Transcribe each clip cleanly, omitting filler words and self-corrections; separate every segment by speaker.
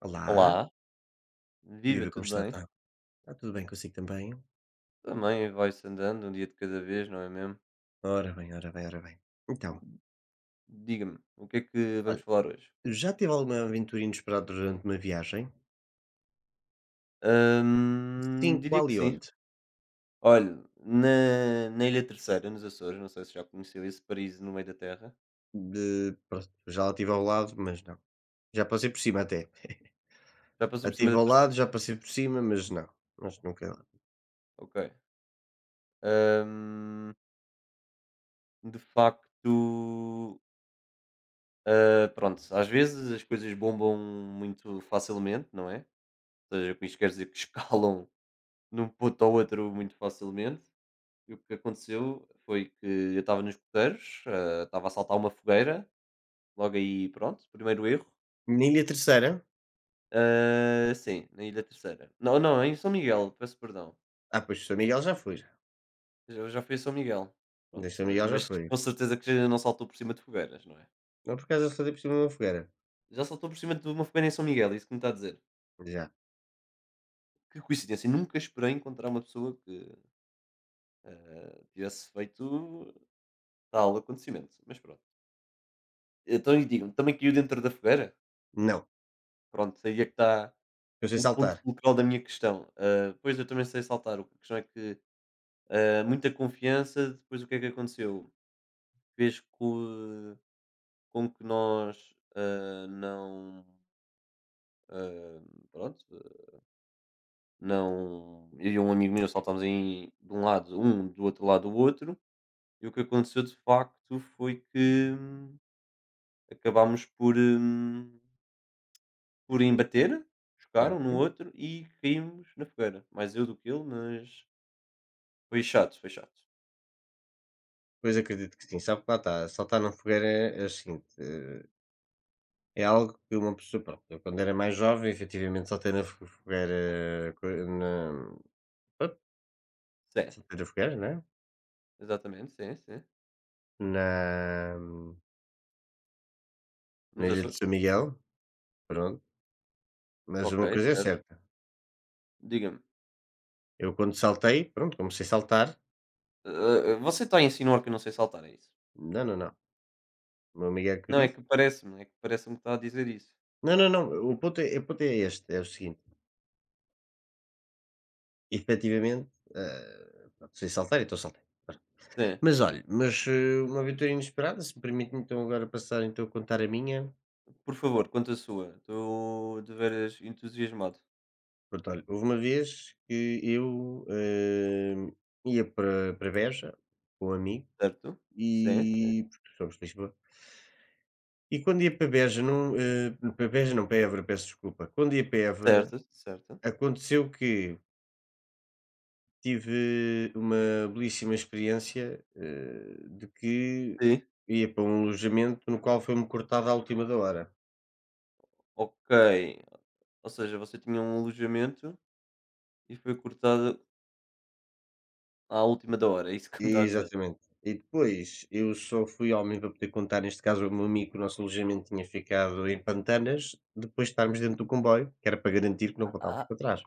Speaker 1: Olá,
Speaker 2: Olá, viva,
Speaker 1: viva, como
Speaker 2: tudo
Speaker 1: está?
Speaker 2: bem?
Speaker 1: Está tudo bem consigo também?
Speaker 2: Também vai-se andando, um dia de cada vez, não é mesmo?
Speaker 1: Ora bem, ora bem, ora bem. Então,
Speaker 2: Diga-me, o que é que
Speaker 1: olha,
Speaker 2: vamos falar hoje?
Speaker 1: já teve alguma aventura inesperada durante uma viagem? Sim,
Speaker 2: Diria
Speaker 1: qual
Speaker 2: que
Speaker 1: e
Speaker 2: sim.
Speaker 1: onde?
Speaker 2: Olha, na Ilha Terceira, nos Açores, não sei se já conheceu esse paraíso no meio da terra.
Speaker 1: Pronto, já lá tive ao lado, mas não. Já passei por cima até.
Speaker 2: Já passou
Speaker 1: Já
Speaker 2: por cima
Speaker 1: tive
Speaker 2: da
Speaker 1: ao
Speaker 2: Terceira?
Speaker 1: lado, já passei por cima, mas não. Mas nunca lá.
Speaker 2: Ok. Hum, de facto, pronto, às vezes as coisas bombam muito facilmente, não é? Ou seja, com isto quer dizer que escalam de um ponto ao outro muito facilmente. E o que aconteceu foi que eu estava nos coteiros, estava a saltar uma fogueira, logo aí, pronto, primeiro erro.
Speaker 1: Na Ilha Terceira?
Speaker 2: Ah, sim, na Ilha Terceira. Não, não, em São Miguel, peço perdão.
Speaker 1: Ah, pois, São Miguel já foi. Já.
Speaker 2: Eu já fui a São Miguel.
Speaker 1: De
Speaker 2: Pronto,
Speaker 1: São Miguel já
Speaker 2: mas
Speaker 1: foi.
Speaker 2: com certeza que já não saltou por cima de fogueiras, não é?
Speaker 1: Não, por acaso saltei por cima de uma fogueira.
Speaker 2: Já saltou por cima de uma fogueira em São Miguel, é isso que me está a dizer.
Speaker 1: Já.
Speaker 2: Que coincidência, nunca esperei encontrar uma pessoa que tivesse feito tal acontecimento. Mas pronto. Então, e digam-me, também caiu dentro da fogueira?
Speaker 1: Não.
Speaker 2: Pronto, aí é que está
Speaker 1: Eu sei
Speaker 2: o ponto
Speaker 1: saltar,
Speaker 2: fulcral da minha questão. Ah, pois, eu também sei saltar. A questão é que, muita confiança, depois o que é que aconteceu? Fez co com que nós, ah, não, ah, pronto, ah, não eu e um amigo meu saltámos de um lado um, do outro lado o outro, e o que aconteceu de facto foi que acabámos por embater, chocaram um no
Speaker 1: certo?
Speaker 2: outro e caímos na fogueira. Mais eu do que ele, mas foi chato, foi chato.
Speaker 1: Pois acredito que sim. Sabe que lá está. Saltar na fogueira é o seguinte. É algo que uma pessoa, pronto, eu quando era mais jovem, efetivamente saltei na fo fogueira, co na pronto,
Speaker 2: Sim,
Speaker 1: soltei na fogueira, né,
Speaker 2: exatamente, sim, sim.
Speaker 1: na na
Speaker 2: Nos
Speaker 1: ilha de
Speaker 2: Açores?
Speaker 1: São Miguel, pronto, mas
Speaker 2: Ok,
Speaker 1: uma coisa é
Speaker 2: certo.
Speaker 1: certa,
Speaker 2: Diga-me,
Speaker 1: eu quando saltei, pronto, comecei a saltar,
Speaker 2: você está a insinuar que eu não sei saltar, é isso?
Speaker 1: não, não, não, o meu amigo é que o
Speaker 2: Não,
Speaker 1: disse:
Speaker 2: é que parece-me que está a dizer isso.
Speaker 1: "Não, não, não, o ponto é este, é o seguinte, efetivamente, pronto, sei saltar, então saltei".
Speaker 2: Sim.
Speaker 1: Mas olha, uma aventura inesperada, se me permite, então agora passar então a contar a minha.
Speaker 2: Por favor, quanto à sua. Estou de veras entusiasmado,
Speaker 1: Pronto, olha, houve uma vez que eu, ia para Beja com um amigo,
Speaker 2: certo? Sim.
Speaker 1: e porque somos de Lisboa, e quando ia para Beja não, para Beja não, para Évora, peço desculpa. Quando ia para Évora,
Speaker 2: Certo, certo.
Speaker 1: aconteceu que tive uma belíssima experiência, de que
Speaker 2: Sim.
Speaker 1: ia para um alojamento no qual foi-me cortado à última da hora.
Speaker 2: Ok. Ou seja, você tinha um alojamento e foi cortada à última da hora, é isso que me está a dizer?
Speaker 1: Exatamente. E depois eu só fui ao MIM para poder contar, neste caso, o meu amigo que o nosso alojamento tinha ficado em Pantanas, depois de estarmos dentro do comboio, que era para garantir que não voltávamos
Speaker 2: Ah,
Speaker 1: para trás.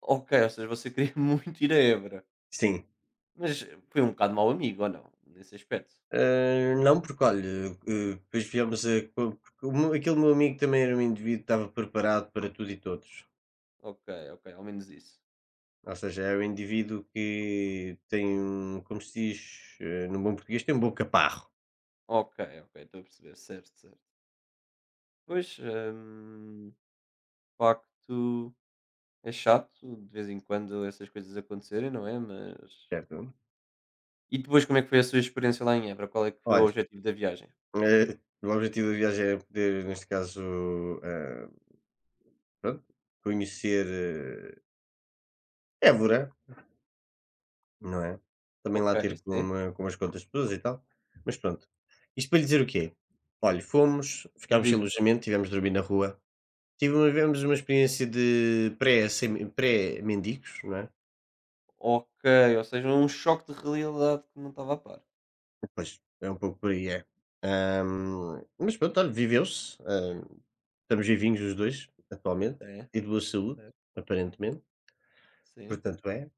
Speaker 2: ok, ou seja, você queria muito ir a Évora,
Speaker 1: Sim.
Speaker 2: mas foi um bocado mau amigo, ou não? Nesse aspecto?
Speaker 1: Ah, não, porque olha, depois viemos a. Porque aquele meu amigo também era um indivíduo que estava preparado para tudo e todos.
Speaker 2: Ok, ok, ao menos isso.
Speaker 1: Ou seja, é um indivíduo que tem, um, como se diz, num bom português, tem um bom caparro,
Speaker 2: Ok, ok, estou a perceber, certo, certo. Pois, de facto, é chato de vez em quando essas coisas acontecerem, não é? Mas.
Speaker 1: certo?
Speaker 2: E depois, como é que foi a sua experiência lá em Évora? Qual é que foi o
Speaker 1: Olha,
Speaker 2: objetivo da viagem?
Speaker 1: o objetivo da viagem era poder, neste caso, ah, pronto, conhecer, Évora, não é? Também
Speaker 2: Ok,
Speaker 1: lá ter
Speaker 2: sim,
Speaker 1: com umas quantas pessoas e tal, mas pronto. Isto para lhe dizer o quê? Olha, fomos, ficámos sem
Speaker 2: diga.
Speaker 1: alojamento, tivemos de dormir na rua, tivemos uma experiência de pré sem pré-mendigos, não é?
Speaker 2: Ok, ou seja, um choque de realidade que não estava a par.
Speaker 1: Pois, é um pouco por aí, é. Hã, mas pronto, olha, viveu-se, estamos vivinhos os 2 atualmente
Speaker 2: É
Speaker 1: e de boa saúde,
Speaker 2: certo,
Speaker 1: aparentemente,
Speaker 2: sim.
Speaker 1: portanto é.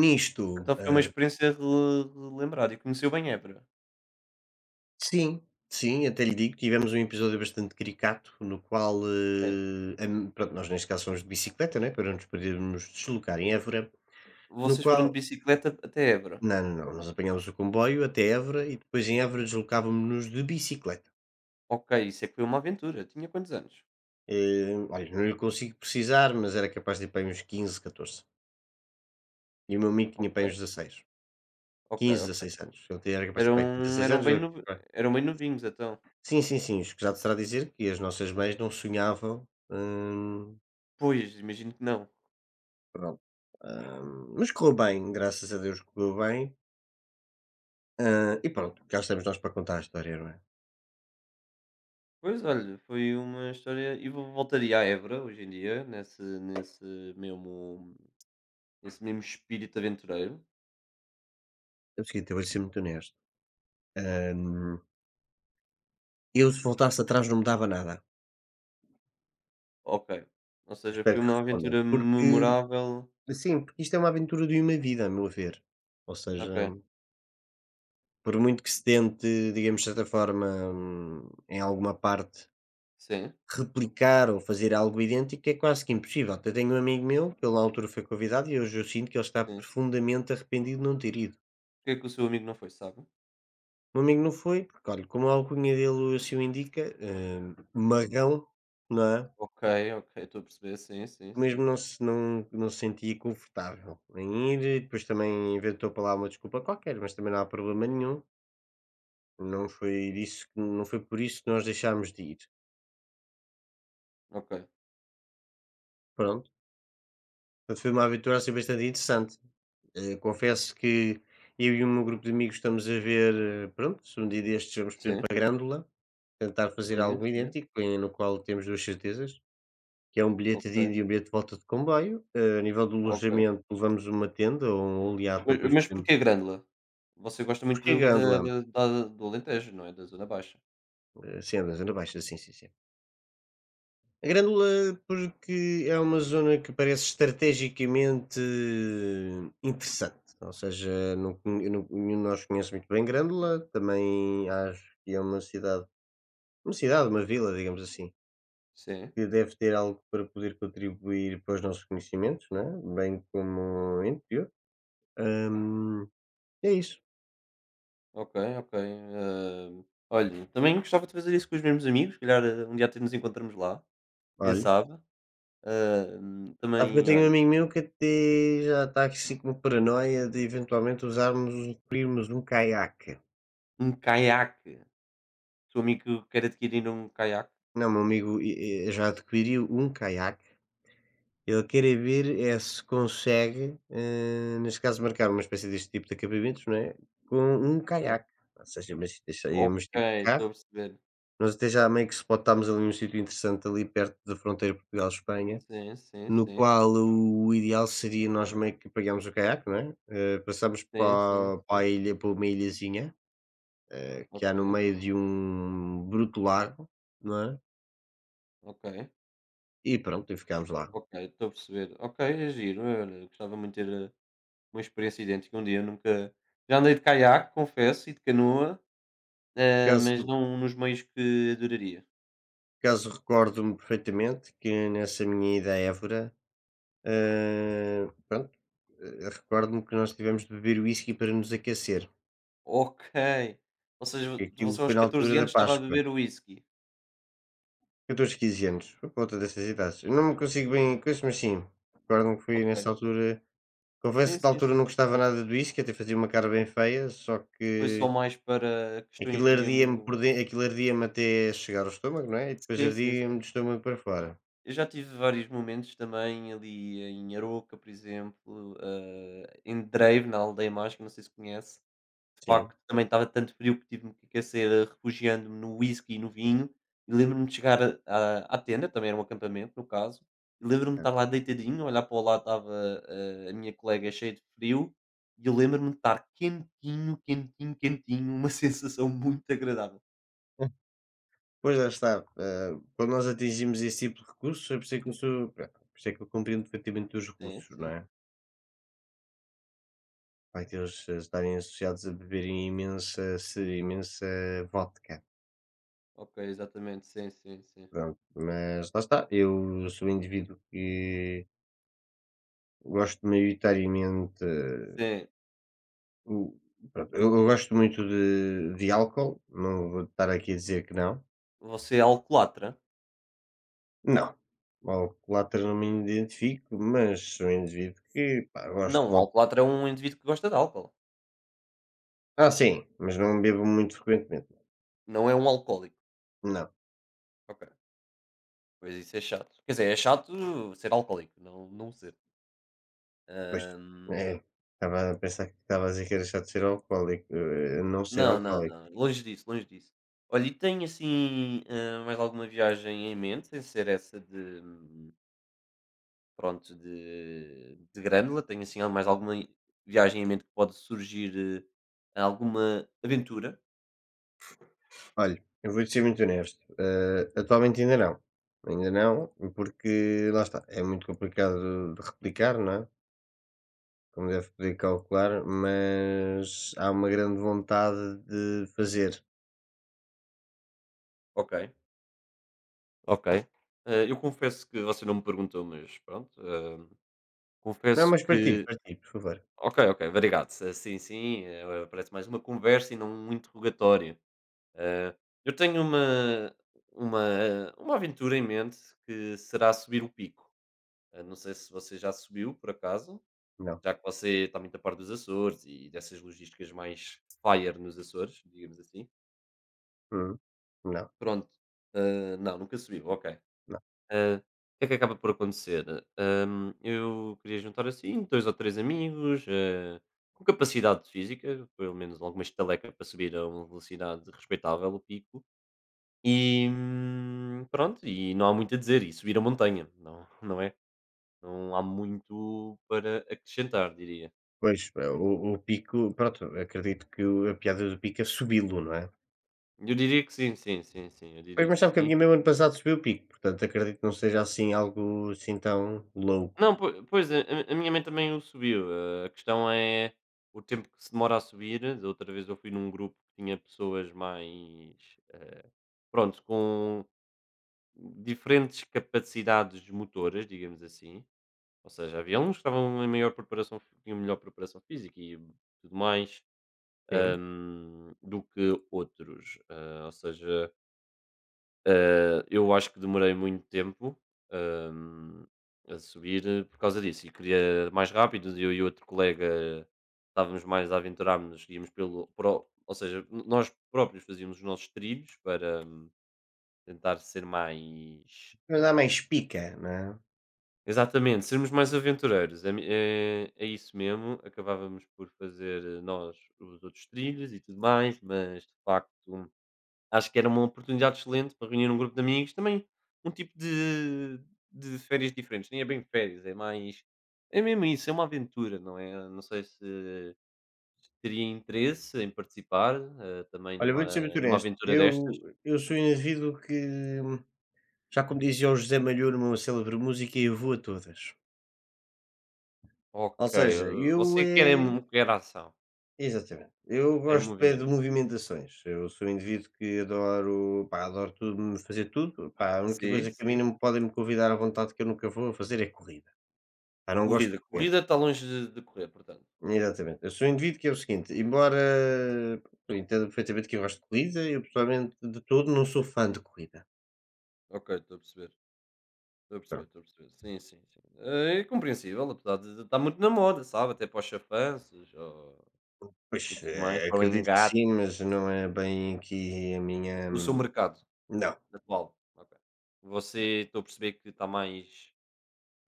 Speaker 1: Nisto.
Speaker 2: Então foi uma experiência relembrada e conheceu bem Évora.
Speaker 1: Sim, sim, até lhe digo, tivemos um episódio bastante caricato no qual,
Speaker 2: É,
Speaker 1: a mi pronto, nós neste caso fomos de bicicleta, né, para nos podermos deslocar em Évora, no
Speaker 2: vocês foram de
Speaker 1: qual
Speaker 2: bicicleta até Évora.
Speaker 1: não, não, não, nós apanhámos o comboio até Évora e depois em Évora deslocávamos nos de bicicleta.
Speaker 2: Ok, isso é que foi uma aventura. Tinha quantos anos?
Speaker 1: Olha, não lhe consigo precisar, mas era capaz de ir para aí uns 15, 14. E o meu amigo tinha para aí uns
Speaker 2: Ok,
Speaker 1: 16 anos,
Speaker 2: ok,
Speaker 1: 15,
Speaker 2: ok.
Speaker 1: 16 anos. Ele te era capaz de ter
Speaker 2: Eram
Speaker 1: para aí 15 anos, 16
Speaker 2: eram
Speaker 1: anos.
Speaker 2: bem novi eram bem novinhos então.
Speaker 1: Sim, sim, sim, escusado será dizer que as nossas mães não sonhavam,
Speaker 2: Pois, imagino que não.
Speaker 1: pronto. Mas correu bem, graças a Deus, correu bem. Ah, e pronto, cá estamos nós para contar a história, não é?
Speaker 2: Pois olha, foi uma história e vo voltaria a Évora hoje em dia mesmo nesse mesmo espírito aventureiro.
Speaker 1: É o seguinte, eu vou ser muito honesto. Ahm, eu, se voltasse atrás, não mudava nada.
Speaker 2: Ok. Ou seja,
Speaker 1: Espero
Speaker 2: foi
Speaker 1: que
Speaker 2: uma
Speaker 1: responda.
Speaker 2: aventura
Speaker 1: Porque,
Speaker 2: memorável.
Speaker 1: assim, porque isto é uma aventura de uma vida, a meu ver. Ou seja,
Speaker 2: Ok,
Speaker 1: por muito que se tente, digamos, de certa forma, em alguma parte,
Speaker 2: sim,
Speaker 1: replicar ou fazer algo idêntico, é quase que impossível. Até tenho um amigo meu, que ele na altura foi convidado, e hoje eu sinto que ele está
Speaker 2: sim.
Speaker 1: profundamente arrependido de não ter ido.
Speaker 2: Porque é que o seu amigo não foi, sabe?
Speaker 1: O meu amigo não foi, porque olha, como a alcunha dele assim o indica, Magão, não é?
Speaker 2: Ok, ok, estou a perceber, sim, sim,
Speaker 1: Mesmo
Speaker 2: sim.
Speaker 1: não se, Não, não se sentia confortável em ir, e depois também inventou para lá uma desculpa qualquer, mas também não há problema nenhum. Não foi por isso que nós deixámos de ir.
Speaker 2: Ok.
Speaker 1: Pronto. Portanto, foi uma aventura assim bastante interessante. Confesso que eu e o meu grupo de amigos estamos a ver, pronto, se um dia destes vamos, por exemplo,
Speaker 2: Sim,
Speaker 1: para a Grândola, tentar fazer
Speaker 2: sim,
Speaker 1: algo
Speaker 2: sim.
Speaker 1: idêntico, no qual temos duas certezas. Que é um bilhete de
Speaker 2: Ok,
Speaker 1: ida e um bilhete de volta de comboio. A nível do
Speaker 2: ok.
Speaker 1: alojamento, levamos uma tenda ou um oleado para
Speaker 2: Mas
Speaker 1: depois
Speaker 2: mas
Speaker 1: podermos.
Speaker 2: porquê Grândola? Você gosta muito
Speaker 1: Porque a
Speaker 2: dali da
Speaker 1: Grândola,
Speaker 2: da da do Alentejo, não é? Da zona baixa.
Speaker 1: sim, na zona baixa, sim, sim, sim. A Grândola, porque é uma zona que parece estrategicamente interessante, ou seja, não conhe eu não nenhum de nós conhece muito bem Grândola, também acho que é uma cidade, uma vila, digamos assim,
Speaker 2: Sim,
Speaker 1: que deve ter algo para poder contribuir para os nossos conhecimentos, não é, bem como interior. Hum, É isso.
Speaker 2: ok, ok. Hã, olhe, também gostava de fazer isso com os mesmos amigos, se calhar um dia até nos encontramos lá, quem
Speaker 1: Olha.
Speaker 2: sabe. Hã,
Speaker 1: Sabe que eu
Speaker 2: também,
Speaker 1: tenho um
Speaker 2: olha,
Speaker 1: amigo meu que até já está assim com uma paranoia de eventualmente usarmos, adquirirmos um caiaque.
Speaker 2: um caiaque, seu amigo quer adquirir um caiaque,
Speaker 1: Não, meu amigo e já adquiriu um caiaque. Ele quer é ver é se consegue, neste caso, marcar uma espécie deste tipo de acampamentos, não é, com um
Speaker 2: ok.
Speaker 1: caiaque. Ou seja, mas isso aí é
Speaker 2: Ok,
Speaker 1: mas tipo de
Speaker 2: estou
Speaker 1: carro.
Speaker 2: a perceber.
Speaker 1: Nós até já meio que spotámos ali um sítio interessante ali perto da fronteira Portugal-Espanha.
Speaker 2: Sim, sim,
Speaker 1: No
Speaker 2: sim.
Speaker 1: qual o ideal seria nós meio que pegámos o caiaque, não é? Passámos
Speaker 2: Sim, sim, sim.
Speaker 1: para a ilha, para uma ilhazinha, que há no
Speaker 2: Ok,
Speaker 1: meio de um bruto lago, não é?
Speaker 2: ok.
Speaker 1: E pronto, e ficámos lá.
Speaker 2: Ok, estou a perceber. Ok, é giro. Olha, gostava muito de ter uma experiência idêntica um dia. Nunca. Já andei de caiaque, confesso, e de canoa,
Speaker 1: Por
Speaker 2: mas
Speaker 1: acaso
Speaker 2: não nos meios que adoraria.
Speaker 1: por acaso recordo-me perfeitamente que nessa minha ida a Évora, pronto, recordo-me que nós tivemos de beber whisky para nos aquecer.
Speaker 2: Ok. Ou seja, você
Speaker 1: Aquilo
Speaker 2: aos
Speaker 1: foi na altura
Speaker 2: 14 anos
Speaker 1: da
Speaker 2: estava a
Speaker 1: Páscoa.
Speaker 2: beber whisky.
Speaker 1: Eu 15 anos, por conta dessas idades. Eu não me consigo bem com coisa, mas sim, recordo-me que foi
Speaker 2: Ok.
Speaker 1: nessa altura. Confesso
Speaker 2: Sim,
Speaker 1: que na
Speaker 2: sim,
Speaker 1: altura
Speaker 2: sim,
Speaker 1: não
Speaker 2: estou a
Speaker 1: gostava
Speaker 2: perceber.
Speaker 1: nada do whisky, até fazia uma cara bem feia, só
Speaker 2: Foi só
Speaker 1: que
Speaker 2: mais para questões mesmo.
Speaker 1: aquilo ardia-me até chegar ao estômago, não é? E depois
Speaker 2: Sim, sim,
Speaker 1: ardia-me
Speaker 2: sim.
Speaker 1: do estômago para fora.
Speaker 2: Eu já tive vários momentos também ali em Aroca, por exemplo, em Drave, na Aldeia Mágica, não sei se conhece. De
Speaker 1: Sim.
Speaker 2: facto, também estava tanto frio que tive-me que aquecer, refugiando-me no whisky e no vinho. E lembro-me de chegar a à tenda, também era um acampamento no caso, e lembro-me de estar lá deitadinho, olhar para o lado estava, a minha colega cheia de frio, e eu lembro-me de estar quentinho, quentinho, quentinho, uma sensação muito agradável.
Speaker 1: Pois lá está, quando nós atingimos esse tipo de recursos, por isso é que eu compreendo perfeitamente os
Speaker 2: Sim,
Speaker 1: russos, não
Speaker 2: sim.
Speaker 1: é? Vai que eles estarem associados a beberem imensa se- imensa vodka.
Speaker 2: Ok, exatamente. Sim, sim, sim.
Speaker 1: Pronto, mas lá está, eu sou um indivíduo que gosto maioritariamente.
Speaker 2: Sim.
Speaker 1: O Pronto, eu gosto muito de álcool, não vou estar aqui a dizer que não.
Speaker 2: Você é alcoólatra?
Speaker 1: Não, alcoólatra não me identifico, mas sou um indivíduo que, pá, gosto de
Speaker 2: Não, um
Speaker 1: vodka.
Speaker 2: alcoólatra é um indivíduo que gosta de álcool,
Speaker 1: Ah, sim, mas não bebo muito frequentemente.
Speaker 2: não é um alcoólico.
Speaker 1: Não,
Speaker 2: Ok. Pois isso é chato. Quer dizer, é chato ser alcoólico, não, não ser.
Speaker 1: pois,
Speaker 2: Ahm,
Speaker 1: é, estava a pensar que estava a dizer que era chato ser alcoólico, não ser
Speaker 2: não, não,
Speaker 1: alcoólico.
Speaker 2: não. Longe disso, longe disso. Olha, e tem assim mais alguma viagem em mente, sem ser essa de pronto, de Grândola? Tem assim mais alguma viagem em mente que pode surgir alguma aventura?
Speaker 1: Olha, eu vou-te ser muito honesto, atualmente ainda não, porque lá está, é muito complicado de replicar, não é? Como deve poder calcular, mas há uma grande vontade de fazer.
Speaker 2: Ok, ok. Ah, eu confesso que você não me perguntou, mas pronto.
Speaker 1: Não,
Speaker 2: Confesso
Speaker 1: mas partilhe,
Speaker 2: que
Speaker 1: partilhe, por favor.
Speaker 2: ok, ok, obrigado. Sim, sim, parece mais uma conversa e não um interrogatório. Eh, eu tenho uma aventura em mente que será subir o pico. Eh, não sei se você já subiu, por acaso,
Speaker 1: Não.
Speaker 2: já que você está muito a par dos Açores e dessas logísticas mais fire nos Açores, digamos assim.
Speaker 1: Uhum. Não,
Speaker 2: Pronto, não, nunca subiu, ok.
Speaker 1: não.
Speaker 2: Hã, o que é que acaba por acontecer? Hã, eu queria juntar assim 2 ou 3 amigos, com capacidade física, pelo menos alguma estaleca para subir a uma velocidade respeitável o pico, e, pronto, e não há muito a dizer, e subir a montanha, não não é? Não há muito para acrescentar, diria.
Speaker 1: Pois, o pico, pronto, acredito que o a piada do pico é subi-lo, não é?
Speaker 2: Eu diria que sim, sim, sim, sim, eu
Speaker 1: Pois,
Speaker 2: diria
Speaker 1: mas
Speaker 2: que
Speaker 1: sabe que a
Speaker 2: sim.
Speaker 1: minha mesmo ano passado subiu o pico, portanto acredito que não seja assim algo assim tão louco.
Speaker 2: Não, po pois, a minha mãe também o subiu, a questão é o tempo que se demora a subir. Da outra vez eu fui num grupo que tinha pessoas mais, eh, pronto, com diferentes capacidades motoras, digamos assim. Ou seja, havia uns que estavam em maior preparação f tinham melhor preparação física e tudo mais,
Speaker 1: Sim.
Speaker 2: do que outros. Hã, ou seja, eu acho que demorei muito tempo, hum, a subir, por causa disso, e queria mais rápido, eu e outro colega estávamos mais a aventurar-nos, íamos ou seja, nós próprios fazíamos os nossos trilhos para tentar ser mais,
Speaker 1: Mas dá mais pica, não é?
Speaker 2: exatamente, sermos mais aventureiros, é, é, é isso mesmo, acabávamos por fazer nós os outros trilhos e tudo mais, mas de facto acho que era uma oportunidade excelente para reunir um grupo de amigos, também um tipo de férias diferentes, nem é bem férias, é mais é mesmo isso, é uma aventura, não é? Não sei se teria interesse em participar, também
Speaker 1: Olha, vou-te ser muito
Speaker 2: numa
Speaker 1: honesto,
Speaker 2: aventura destas?
Speaker 1: eu sou um indivíduo que, já como dizia o José Malhoa numa célebre música, eu vou a todas.
Speaker 2: Ok,
Speaker 1: Ou seja, eu
Speaker 2: você quer é
Speaker 1: é
Speaker 2: mo quer ação,
Speaker 1: Exatamente, eu
Speaker 2: quer
Speaker 1: gosto é de
Speaker 2: movimento.
Speaker 1: movimentações, eu sou um indivíduo que adoro, pá, adoro tudo, fazer tudo, pá, a única
Speaker 2: Sim,
Speaker 1: coisa que a mim
Speaker 2: sim.
Speaker 1: não me podem me convidar à vontade que eu nunca vou fazer é corrida, pá, não gosto
Speaker 2: Corrida,
Speaker 1: de correr,
Speaker 2: corrida está longe de correr, portanto.
Speaker 1: exatamente, eu sou um indivíduo que é o seguinte, embora eu entendo perfeitamente que eu gosto de corrida, eu pessoalmente de todo não sou fã de corrida,
Speaker 2: Ok, estou a perceber, estou a perceber,
Speaker 1: pronto,
Speaker 2: estou a perceber. Sim, sim, sim. Eh, é compreensível, apesar de estar muito na moda, sabe, até para os chafanços e
Speaker 1: pois,
Speaker 2: tudo mais, para o
Speaker 1: acredito que
Speaker 2: engate,
Speaker 1: sim, mas não é bem aqui a minha
Speaker 2: o seu
Speaker 1: hum,
Speaker 2: mercado
Speaker 1: Não,
Speaker 2: atual. Ok. Você estou a perceber que está mais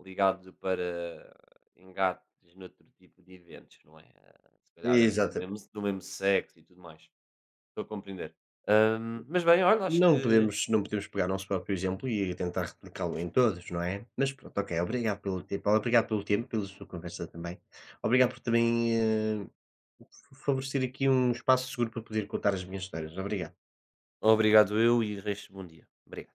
Speaker 2: ligado para engates noutro tipo de eventos, não é? Ah, se calhar
Speaker 1: exatamente.
Speaker 2: do mesmo sexo e tudo mais. Estou a compreender. Mas bem, olha, acho que.
Speaker 1: Não podemos pegar nosso próprio exemplo e ir tentar replicá-lo em todos, não é? Mas pronto, ok, obrigado pelo tempo, pela sua conversa também. Obrigado por também, favorecer aqui um espaço seguro para poder contar as minhas histórias. Obrigado.
Speaker 2: Obrigado eu e resto bom dia. Obrigado.